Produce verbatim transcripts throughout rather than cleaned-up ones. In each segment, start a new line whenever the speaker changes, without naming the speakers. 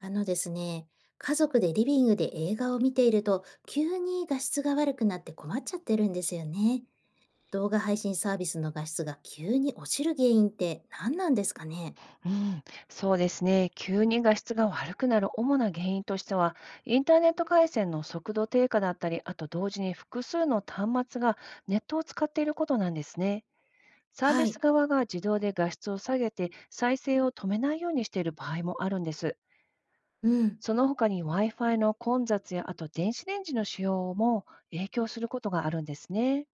あのですね、家族でリビングで映画を見ていると、急に画質が悪くなって困っちゃってるんですよね。動画配信サービスの画質が急に落ちる原因って何なんですかね。
うん、そうですね。急に画質が悪くなる主な原因としては、インターネット回線の速度低下だったり、あと同時に複数の端末がネットを使っていることなんですね。サービ
は
ス
い、
側が自動で画質を下げて、再生を止めないようにしている場合もあるんです。
うん、
その他に Wi-Fi の混雑や、あと電子レンジの使用も影響することがあるんですね。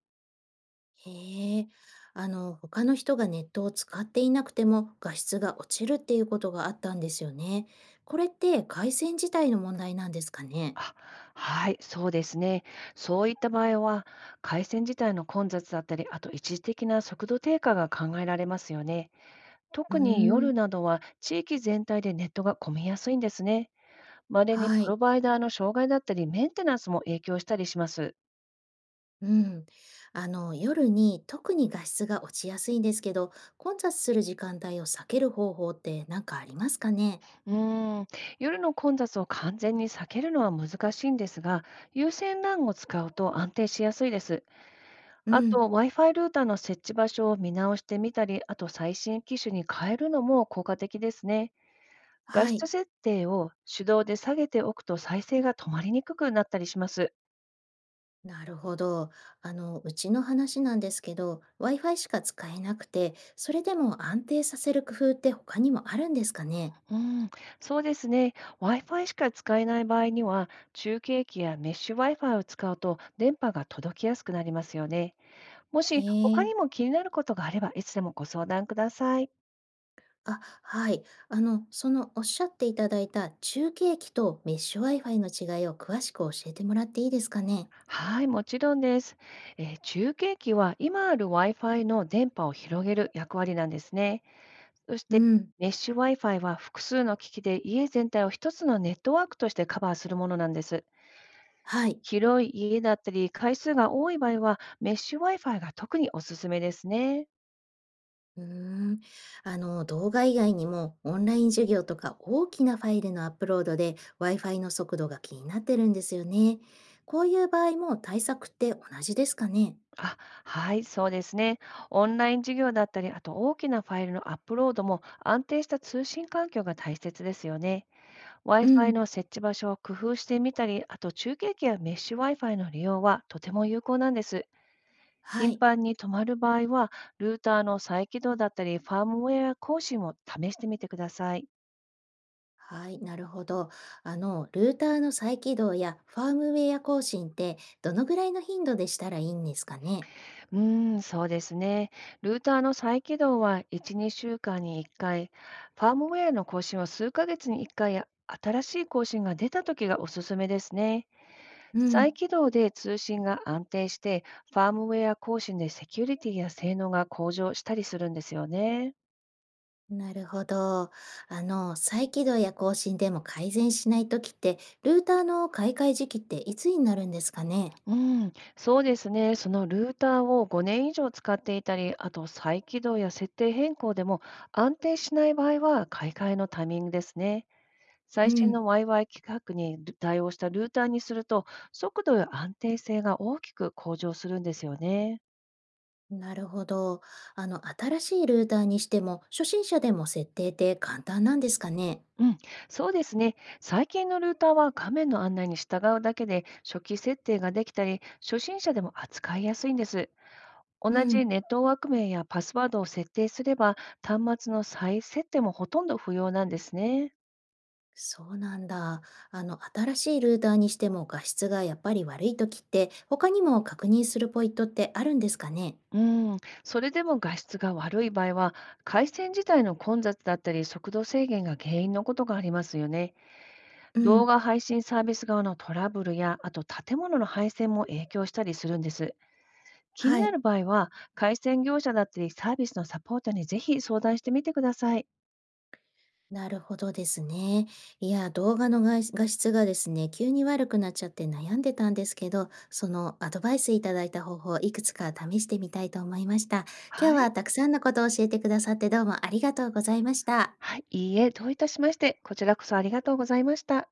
へえ、あの、他の人がネットを使っていなくても画質が落ちるっていうことがあったんですよね。これって回線自体の問題なんですかね。
あ、はい、そうですね。そういった場合は、回線自体の混雑だったり、あと一時的な速度低下が考えられますよね。
うー
特に夜
ん、
などは地域全体でネットが混みやすいんですね。まれにプ
は
ロ
い。
バイダーの障害だったり、メンテナンスも影響したりします。
うん。あの、夜に特に画質が落ちやすいんですけど、混雑する時間帯を避ける方法って何かありますかね。
うーん、夜の混雑を完全に避けるのは難しいんですが、有線 LAN を使うと安定しやすいです。
う
あと、
ん。
Wi-Fi ルーターの設置場所を見直してみたり、あと最新機種に変えるのも効果的ですね。画
はい。
質設定を手動で下げておくと再生が止まりにくくなったりします。
なるほど。あの、うちの話なんですけど、Wi-Fi しか使えなくて、それでも安定させる工夫って他にもあるんですかね。
うん、そうですね。Wi-Fi しか使えない場合には、中継機やメッシュ Wi-Fi を使うと電波が届きやすくなりますよね。も
へ
し他
え。
にも気になることがあれば、いつでもご相談ください。
あ、はい。あの、そのおっしゃっていただいた中継機とメッシュ Wi-Fi の違いを詳しく教えてもらっていいですかね。
はい、もちろんです。えー中継機は今ある Wi-Fi の電波を広げる役割なんですね。そし
う
て
ん。
メッシュ Wi-Fi は複数の機器で家全体を一つのネットワークとしてカバーするものなんです。
はい。
広い家だったり回数が多い場合はメッシュ Wi-Fi が特におすすめですね。
うーん、あの、動画以外にもオンライン授業とか大きなファイルのアップロードで Wi-Fi の速度が気になってるんですよね。こういう場合も対策って同じですかね。
あ、はい、そうですね。オンライン授業だったり、あと大きなファイルのアップロードも安定した通信環境が大切ですよね。
う
Wi-Fi
ん。
の設置場所を工夫してみたり、あと中継機やメッシュ Wi-Fi の利用はとても有効なんです。
は
頻
い。
繁に止まる場合は、ルーターの再起動だったり、ファームウェア更新を試してみてください。
はい、なるほど。あの、ルーターの再起動やファームウェア更新ってどのぐらいの頻度でしたらいいんですかね。
うーん、そうですね。ルーターの再起動はいっ、にしゅうかんにいっかい、ファームウェアの更新は数ヶ月にいっかいや、新しい更新が出た時がおすすめですね。
う
再
ん。
起動で通信が安定して、ファームウェア更新でセキュリティや性能が向上したりするんですよね。
なるほど。あの、再起動や更新でも改善しないときって、ルーターの買い替え時期っていつになるんですかね。
うん、そうですね。そのルーターをごねん以上使っていたり、あと再起動や設定変更でも安定しない場合は買い替えのタイミングですね。最
う
新
ん、
の Wi-Fi 規格に対応したルーターにすると、速度や安定性が大きく向上するんですよね。
なるほど。あの、新しいルーターにしても、初心者でも設定って簡単なんですかね。
うん、そうですね。最近のルーターは画面の案内に従うだけで初期設定ができたり、初心者でも扱いやすいんです。
う
同じ
ん、
ネットワーク名やパスワードを設定すれば、端末の再設定もほとんど不要なんですね。
そうなんだ。あの、新しいルーターにしても画質がやっぱり悪い時って、他にも確認するポイントってあるんですかね。
うん、それでも画質が悪い場合は、回線自体の混雑だったり、速度制限が原因のことがありますよね。
う
動
ん、
画配信サービス側のトラブルや、あと建物の配線も影響したりするんです。気に
は
な
い。
る場合は、回線業者だったりサービスのサポートにぜひ相談してみてください。
なるほどですね。いや、動画の画画質がですね、急に悪くなっちゃって悩んでたんですけど、そのアドバイスいただいた方法、いくつか試してみたいと思いました。今日
はい。
はたくさんのことを教えてくださってどうもありがとうございました。
はい、いいえ、どういたしまして、こちらこそありがとうございました。